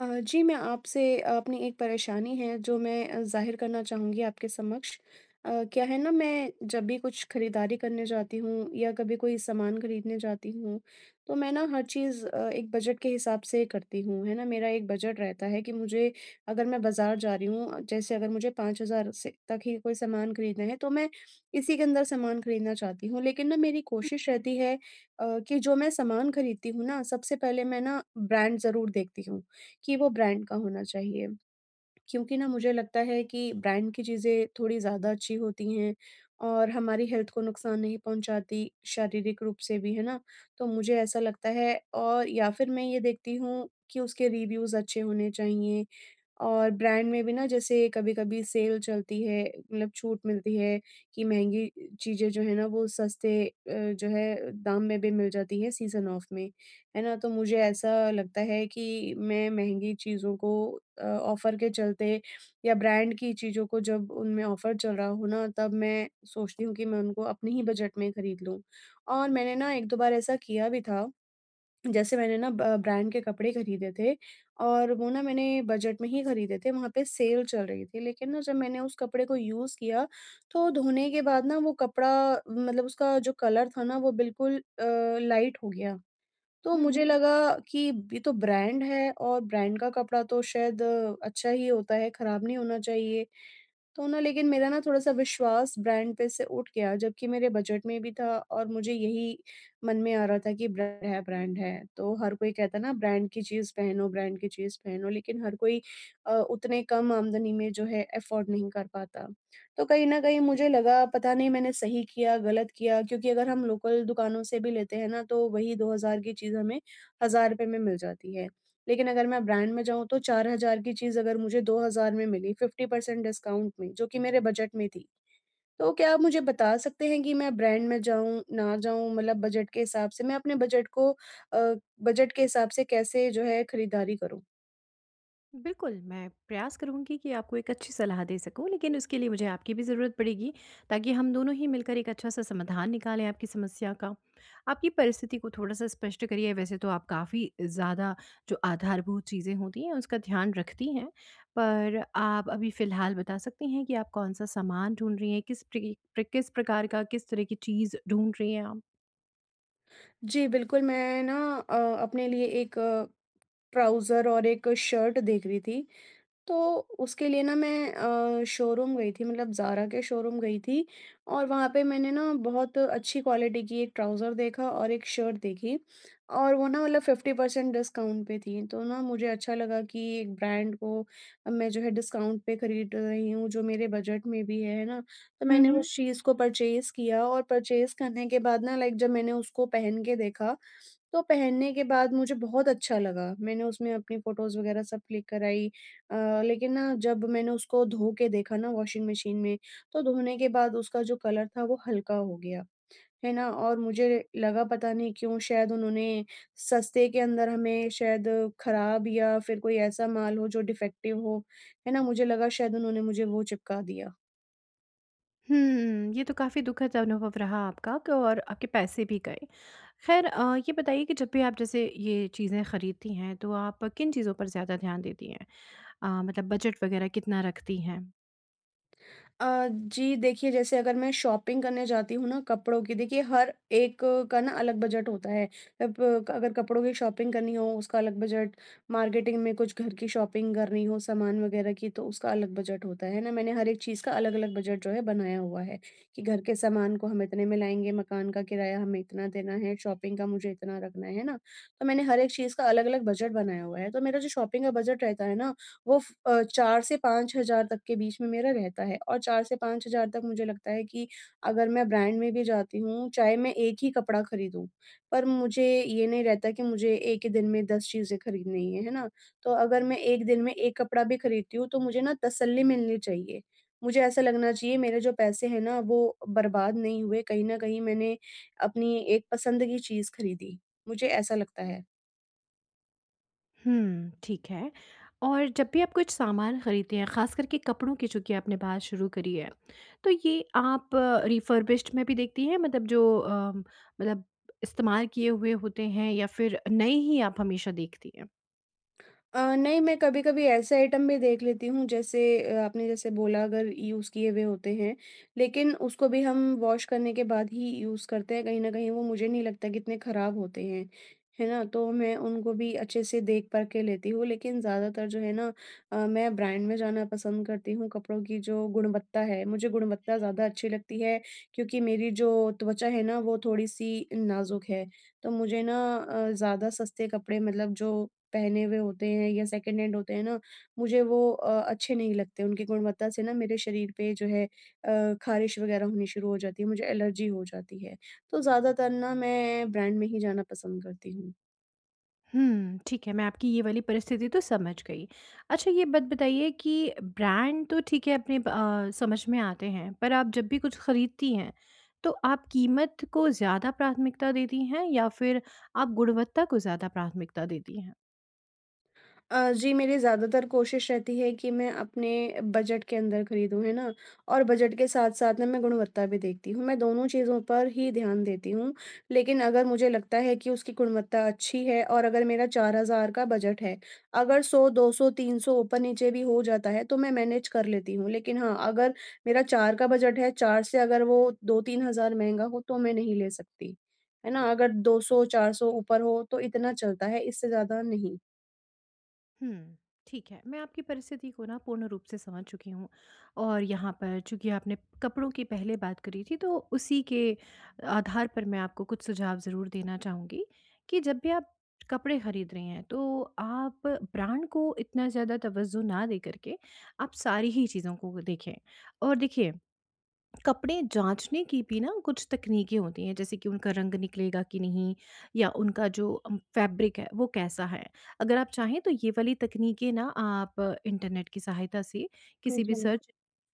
जी, मैं आपसे अपनी एक परेशानी है जो मैं ज़ाहिर करना चाहूँगी आपके समक्ष। क्या है ना, मैं जब भी कुछ खरीदारी करने जाती हूँ या कभी कोई सामान खरीदने जाती हूँ, तो मैं ना हर चीज़ एक बजट के हिसाब से करती हूँ, है ना? मेरा एक बजट रहता है कि मुझे, अगर मैं बाज़ार जा रही हूँ, जैसे अगर मुझे 5,000 से तक ही कोई सामान खरीदना है, तो मैं इसी के अंदर सामान खरीदना चाहती हूँ। लेकिन ना मेरी कोशिश रहती है कि जो मैं सामान खरीदती हूँ ना, सबसे पहले मैं ना ब्रांड ज़रूर देखती हूँ। कि वो ब्रांड का होना चाहिए। क्योंकि ना मुझे लगता है कि ब्रांड की चीज़ें थोड़ी ज़्यादा अच्छी होती हैं और हमारी हेल्थ को नुकसान नहीं पहुँचाती, शारीरिक रूप से भी, है ना? तो मुझे ऐसा लगता है, और या फिर मैं ये देखती हूँ कि उसके रिव्यूज़ अच्छे होने चाहिए, और ब्रांड में भी ना, जैसे कभी-कभी सेल चलती है, मतलब छूट मिलती है कि महँगी चीज़ें जो है ना, वो सस्ते जो है दाम में भी मिल जाती है सीज़न ऑफ में, है ना? तो मुझे ऐसा लगता है कि मैं महँगी चीज़ों को ऑफ़र के चलते, या ब्रांड की चीज़ों को जब उनमें ऑफ़र चल रहा हो ना, तब मैं सोचती हूँ कि मैं उनको अपने ही बजट में खरीद लूँ। और मैंने ना 1-2 बार ऐसा किया भी था। जैसे मैंने ना ब ब्रांड के कपड़े खरीदे थे, और वो ना मैंने बजट में ही खरीदे थे, वहाँ पे सेल चल रही थी। लेकिन ना, जब मैंने उस कपड़े को यूज़ किया, तो धोने के बाद ना वो कपड़ा, मतलब उसका जो कलर था ना, वो बिल्कुल लाइट हो गया। तो हुँ, हुँ। मुझे लगा कि ये तो ब्रांड है, और ब्रांड का कपड़ा तो शायद अच्छा ही होता है, खराब नहीं होना चाहिए। तो ना, लेकिन मेरा ना थोड़ा-सा विश्वास ब्रांड पे से उठ गया, जबकि मेरे बजट में भी था, और मुझे यही मन में आ रहा था कि ब्रांड है, ब्रांड है। तो हर कोई कहता है ना, ब्रांड की चीज़ पहनो, ब्रांड की चीज़ पहनो, लेकिन हर कोई उतने कम आमदनी में जो है अफ़ोर्ड नहीं कर पाता। तो कहीं न कहीं मुझे लगा, पता नहीं मैंने सही किया, गलत किया, क्योंकि अगर हम लोकल दुकानों से भी लेते हैं ना, तो वही 2000 की चीज़ हमें 1000 रुपए में मिल जाती है। लेकिन अगर मैं ब्रांड में जाऊँ, तो 4000 की चीज़ अगर मुझे 2000 में मिली 50% डिस्काउंट में, जो कि मेरे बजट में थी। तो क्या आप मुझे बता सकते हैं कि मैं ब्रांड में जाऊँ, ना जाऊँ, मतलब बजट के हिसाब से? मैं अपने बजट को अ, बजट के हिसाब से कैसे जो है खरीदारी करूँ? बिल्कुल, मैं प्रयास करूँगी कि आपको एक अच्छी सलाह दे सकूँ, लेकिन उसके लिए मुझे आपकी भी ज़रूरत पड़ेगी, ताकि हम दोनों ही मिलकर एक अच्छा-सा समाधान निकालें आपकी समस्या का। आपकी परिस्थिति को थोड़ा-सा स्पष्ट करिए, वैसे तो आप काफ़ी ज़्यादा जो आधारभूत चीज़ें होती हैं, उसका ध्यान रखती हैं, पर आप अभी फ़िलहाल बता सकती हैं कि आप कौन-सा सामान ढूँढ रही हैं? किस प्रकार का, किस तरह की चीज़ ढूँढ रही हैं जी, बिल्कुल। मैं ना अ, अपने लिए एक ट्राउज़र और एक शर्ट देख रही थी। तो उसके लिए ना मैं शोरूम गई थी, मतलब ज़ारा के शोरूम गई थी, और वहाँ पे मैंने ना बहुत अच्छी क्वालिटी की एक ट्राउज़र देखा और एक शर्ट देखी, और वो ना मतलब 50% डिस्काउंट पे थी, तो ना मुझे अच्छा लगा कि एक ब्रांड को मैं जो है डिस्काउंट पे खरीद रही हूँ, जो मेरे बजट में भी है ना? तो मैंने आप? उस चीज़ को परचेज़ किया, और परचेज़ करने के बाद ना, लाइक, जब मैंने उसको पहन के देखा, तो पहनने के बाद मुझे बहुत अच्छा लगा। मैंने उसमें अपनी फ़ोटोज़ वग़ैरह सब क्लिक कराई। अ, लेकिन ना, जब मैंने उसको धो के देखा ना वॉशिंग मशीन में, तो धोने के बाद उसका जो कलर था वो हल्का हो गया, है ना? और मुझे लगा पता नहीं क्यों, शायद उन्होंने सस्ते के अंदर हमें शायद ख़राब, या फिर कोई ऐसा माल हो जो डिफेक्टिव हो, है ना? मुझे लगा शायद उन्होंने मुझे वो चिपका दिया। हुँ, ये तो काफ़ी दुखद अनुभव रहा आपका क और आपके पैसे भी गए। ये बताइए कि जब भी आप जैसे ये चीज़ें खरीदती हैं, तो आप किन चीज़ों पर ज़्यादा ध्यान देती हैं? मतलब बजट वग़ैरह कितना रखती हैं? जी, देखिए, जैसे अगर मैं शॉपिंग करने जाती हूँ ना कपड़ों की, देखिए हर एक का ना अलग बजट होता है। अब अगर कपड़ों की शॉपिंग करनी हो उसका अलग बजट, मार्केटिंग में कुछ घर की शॉपिंग करनी हो सामान वगैरह की तो उसका अलग बजट होता है ना। मैंने हर एक चीज़ का अलग अलग बजट जो है बनाया हुआ है, कि घर के सामान को हम इतने में लाएंगे, मकान का किराया हमें इतना देना है, शॉपिंग का मुझे इतना रखना है ना। तो मैंने हर एक चीज़ का अलग अलग बजट बनाया हुआ है। तो मेरा जो शॉपिंग का बजट रहता है ना, वो 4 से 5,000 तक के बीच में मेरा रहता है, और 4 से 5,000 तक मुझे लगता है कि अगर मैं ब्रांड में भी जाती हूँ, चाहे मैं एक ही कपड़ा खरीदूँ, पर मुझे ये नहीं रहता कि मुझे एक ही दिन में 10 चीज़ें खरीदनी है ना? तो अगर मैं एक दिन में एक कपड़ा भी खरीदती हूँ, तो मुझे ना तसल्ली मिलनी चाहिए। मुझे ऐसा लगना चाहिए मेरे जो पैसे हैं ना, वो बर्बाद नहीं हुए, कहीं न कहीं मैंने अपनी एक पसंद की चीज़ खरीदी। मुझे ऐसा लगता है। हुँ, ठीक है। और जब भी आप कुछ सामान खरीदती हैं, ख़ास करके कपड़ों की चूँकि आपने बात शुरू करी है, तो ये आप रिफर्बिश्ड में भी देखती हैं? मतलब इस्तेमाल किए हुए होते हैं या फिर नए ही आप हमेशा देखती हैं? नहीं, मैं कभी-कभी ऐसे आइटम भी देख लेती हूँ, जैसे आपने जैसे बोला, अगर यूज़ किए हुए होते हैं, लेकिन उसको भी हम वॉश करने के बाद ही यूज़ करते हैं, कहीं न कहीं वो मुझे नहीं लगता कि इतने खराब होते हैं, है ना? तो मैं उनको भी अच्छे से देख-परख के लेती हूँ, लेकिन ज़्यादातर जो है ना, मैं ब्रांड में जाना पसंद करती हूँ, कपड़ों की जो गुणवत्ता है, मुझे गुणवत्ता ज़्यादा अच्छी लगती है, क्योंकि मेरी जो त्वचा है ना, वो थोड़ी-सी नाज़ुक है, तो मुझे ना ज़्यादा सस्ते कपड़े, मतलब जो पहने हुए होते हैं या सेकंड हैंड होते हैं ना, मुझे वो अच्छे नहीं लगते। उनकी गुणवत्ता से ना मेरे शरीर पे जो है ख़ारिश वग़ैरह होनी शुरू हो जाती है, मुझे एलर्जी हो जाती है। तो ज़्यादातर ना मैं ब्रांड में ही जाना पसंद करती हूँ। हुँ, ठीक है, मैं आपकी ये वाली परिस्थिति तो समझ गई। अच्छा ये बात बताइए कि ब्रांड तो ठीक है अपने समझ में आते हैं, पर आप जब भी कुछ खरीदती हैं, तो आप कीमत को ज़्यादा प्राथमिकता देती हैं या फिर आप गुणवत्ता को ज़्यादा प्राथमिकता देती हैं? जी, मेरी ज़्यादातर कोशिश रहती है कि मैं अपने बजट के अंदर खरीदूँ, है ना? और बजट के साथ-साथ ना मैं गुणवत्ता भी देखती हूँ, मैं दोनों चीज़ों पर ही ध्यान देती हूँ। लेकिन अगर मुझे लगता है कि उसकी गुणवत्ता अच्छी है, और अगर मेरा 4000 का बजट है, अगर 100, 200, 300 ऊपर-नीचे भी हो जाता है, तो मैं मैनेज कर लेती हूँ। लेकिन हाँ, अगर मेरा 4 का बजट है, 4 से अगर वो 2-3 हज़ार महँगा हो, तो मैं नहीं ले सकती, है ना? अगर 200-400 ऊपर हो, तो इतना चलता है, इससे ज़्यादा नहीं। हुँ, ठीक है। मैं आपकी परिस्थिति को ना पूर्ण रूप से समझ चुकी हूँ और यहाँ पर चूँकि आपने कपड़ों की पहले बात करी थी तो उसी के आधार पर मैं आपको कुछ सुझाव ज़रूर देना चाहूँगी कि जब भी आप कपड़े खरीद रहे हैं तो आप ब्रांड को इतना ज़्यादा तवज्जो ना दे करके आप सारी ही चीज़ों को देखें। और देखिए कपड़े जाँचने की भी ना कुछ तकनीकें होती हैं, जैसे कि उनका रंग निकलेगा कि नहीं या उनका जो फैब्रिक है वो कैसा है। अगर आप चाहें तो ये वाली तकनीकें ना आप इंटरनेट की सहायता से किसी जी। भी सर्च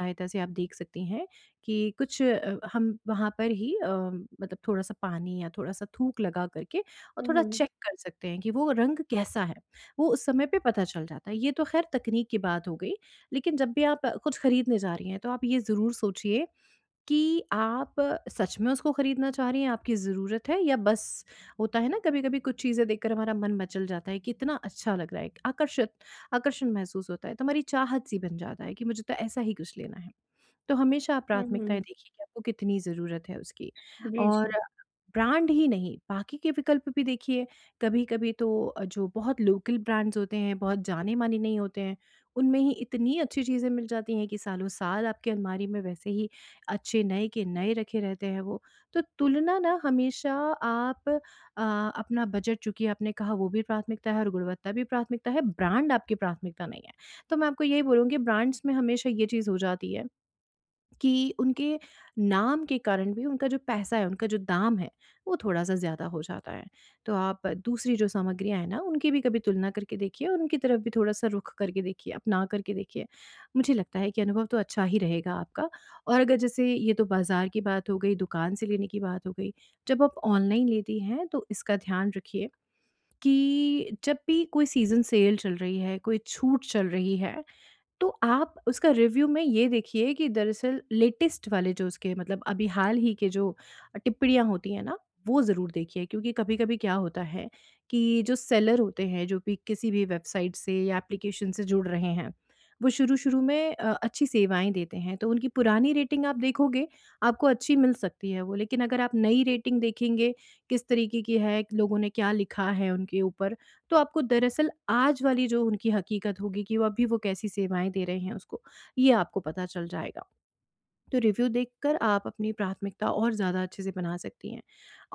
सहायता से आप देख सकती हैं कि हम वहाँ पर ही मतलब थोड़ा-सा पानी या थोड़ा-सा थूक लगा करके और हुँ, थोड़ा हुँ। चेक कर सकते हैं कि वो रंग कैसा है। वो उस समय पे पता चल जाता है। ये तो ख़ैर तकनीक की बात हो गई, लेकिन जब भी आप कुछ खरीदने जा रही हैं तो आप ये ज़रूर सोचिए कि आप सच में उसको खरीदना चाह रही हैं, आपकी ज़रूरत है या बस होता है ना कभी-कभी कुछ चीज़ें देखकर हमारा मन मचल जाता है कि इतना अच्छा लग रहा है, आकर्षित आकर्षण महसूस होता है, तो हमारी चाहत सी बन जाता है कि मुझे तो ऐसा ही कुछ लेना है। तो हमेशा आप हुँ, प्राथमिकताएँ हुँ। देखिए कि आपको कितनी ज़रूरत है उसकी। जी, और जी। ब्रांड ही नहीं, बाकी के विकल्प भी देखिए, कभी-कभी तो जो बहुत लोकल ब्रांड्स होते हैं, बहुत जाने-माने नहीं होते हैं, उनमें ही इतनी अच्छी चीज़ें मिल जाती हैं कि सालों-साल आपकी अलमारी में वैसे ही अच्छे नए के नए रखे रहते हैं वो। तो तुलना ना हमेशा आप अपना बजट चूँकि आपने कहा वो भी प्राथमिकता है और गुणवत्ता भी प्राथमिकता है, ब्रांड आपकी प्राथमिकता नहीं है। तो मैं आपको यही बोलूँगी ब्रांड्स में हमेशा ये चीज़ हो जाती है कि उनके नाम के कारण भी उनका जो पैसा है, उनका जो दाम है, वो थोड़ा-सा ज़्यादा हो जाता है। तो आप दूसरी जो सामग्रियाँ हैं ना, उनकी भी कभी तुलना करके देखिए और उनकी तरफ भी थोड़ा-सा रुख करके देखिए, अपना करके देखिए। मुझे लगता है कि अनुभव तो अच्छा ही रहेगा आपका और अगर जैसे ये तो बाज़ार की बात हो गई, दुकान से लेने की बात हो गई, जब आप ऑनलाइन लेती हैं तो इसका ध्यान रखिए कि जब भी कोई सीज़न सेल चल रही है, कोई छूट चल रही है, तो आप उसका रिव्यू में ये देखिए कि दरअसल लेटेस्ट वाले जो उसके मतलब अभी हाल ही के जो टिप्पणियाँ होती हैं ना, वो ज़रूर देखिए क्योंकि कभी-कभी क्या होता है कि जो सेलर होते हैं, जो भी किसी भी वेबसाइट से या एप्लीकेशन से जुड़ रहे हैं, वो शुरू-शुरू में अच्छी सेवाएँ देते हैं, तो उनकी पुरानी रेटिंग आप देखोगे, आपको अच्छी मिल सकती है वो। लेकिन अगर आप नई रेटिंग देखेंगे, किस तरीके की है, लोगों ने क्या लिखा है उनके ऊपर, तो आपको दरअसल आज वाली जो उनकी हकीकत होगी कि वो अभी वो कैसी सेवाएँ दे रहे हैं उसको, ये आपको पता चल जाएगा। तो रिव्यू देखकर आप अपनी प्राथमिकता और ज़्यादा अच्छे से बना सकती हैं।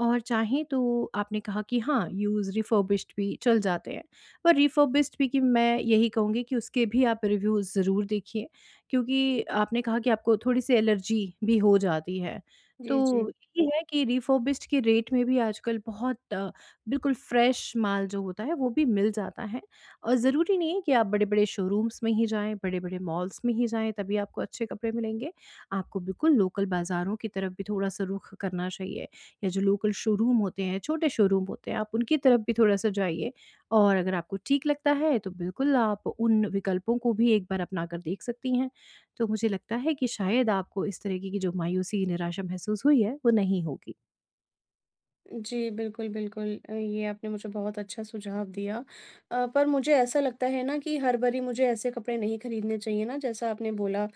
और चाहें तो आपने कहा कि हाँ, यूज़ रिफर्बिश्ड भी चल जाते हैं। पर रिफर्बिश्ड भी कि मैं यही कहूँगी कि उसके भी आप रिव्यू ज़रूर देखिए, क्योंकि आपने कहा कि आपको थोड़ी-सी एलर्जी भी हो जाती है। तो जी, जी। ये है कि रिफर्बिश्ड के रेट में भी आजकल बहुत बिल्कुल फ्रेश माल जो होता है वो भी मिल जाता है। और ज़रूरी नहीं है कि आप बड़े-बड़े शोरूम्स में ही जाएँ, बड़े-बड़े मॉल्स में ही जाएँ तभी आपको अच्छे कपड़े मिलेंगे। आपको बिल्कुल लोकल बाज़ारों की तरफ भी थोड़ा-सा रुख करना चाहिए या जो लोकल शोरूम होते हैं, छोटे शोरूम होते हैं, आप उनकी तरफ भी थोड़ा-सा जाइए और अगर आपको ठीक लगता है तो बिल्कुल आप उन विकल्पों को भी एक बार अपना कर देख सकती हैं। तो मुझे लगता है कि शायद आपको इस तरीके की जो मायूसी, निराशा महसूस हुई है, वो नहीं होगी। जी, बिल्कुल, बिल्कुल। ये आपने मुझे बहुत अच्छा सुझाव दिया। पर मुझे ऐसा लगता है ना, कि हर बारी मुझे ऐसे कपड़े नहीं खरीदने चाहिए ना, जैसा आपने बोला,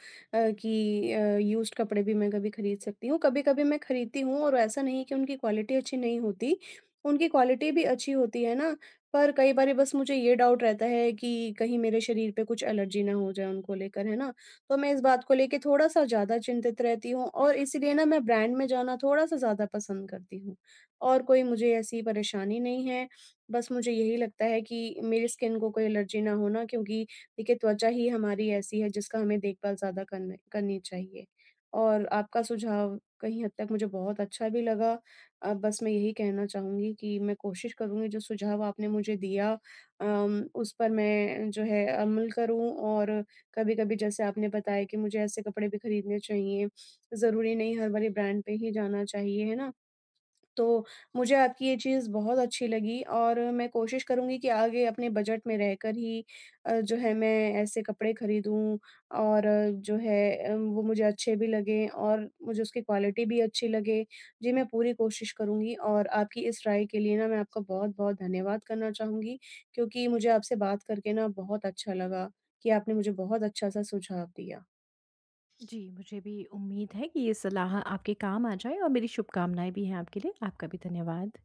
कि यूज़्ड कपड़े भी मैं कभी खरीद सकती हूँ। कभी-कभी मैं खरीदती हूँ, और ऐसा नहीं कि उनकी क्वालिटी अच्छी नहीं होती, उनकी क्वालिटी भी अच्छी होती है ना, पर कई बारी बस मुझे ये डाउट रहता है कि कहीं मेरे शरीर पे कुछ एलर्जी ना हो जाए उनको लेकर, है ना? तो मैं इस बात को लेके थोड़ा-सा ज़्यादा चिंतित रहती हूँ, और इसीलिए ना मैं ब्रांड में जाना थोड़ा-सा ज़्यादा पसंद करती हूँ। और कोई मुझे ऐसी परेशानी नहीं है। बस मुझे यही लगता है कि मेरी स्किन को कोई एलर्जी ना हो ना, क्योंकि देखिए त्वचा ही हमारी ऐसी है जिसका हमें देखभाल ज़्यादा करने करनी चाहिए। और आपका सुझाव कहीं हद तक मुझे बहुत अच्छा भी लगा। बस मैं यही कहना चाहूँगी कि मैं कोशिश करूँगी, जो सुझाव आपने मुझे दिया, उस पर मैं जो है अमल करूँ, और कभी-कभी, जैसे आपने बताया, कि मुझे ऐसे कपड़े भी खरीदने चाहिए। ज़रूरी नहीं हर बारी ब्रांड पे ही जाना चाहिए, है ना? तो मुझे आपकी ये चीज़ बहुत अच्छी लगी, और मैं कोशिश करूँगी कि आगे अपने बजट में रहकर ही जो है मैं ऐसे कपड़े खरीदूँ, और जो है वो मुझे अच्छे भी लगें, और मुझे उसकी क्वालिटी भी अच्छी लगे। जी, मैं पूरी कोशिश करूँगी, और आपकी इस राय के लिए ना मैं आपका बहुत-बहुत धन्यवाद करना चाहूँगी, क्योंकि मुझे आपसे बात करके ना बहुत अच्छा लगा कि आपने मुझे बहुत अच्छा-सा सुझाव दिया। जी, मुझे भी उम्मीद है कि ये सलाह आपके काम आ जाए और मेरी शुभकामनाएँ भी हैं आपके लिए। आपका भी धन्यवाद।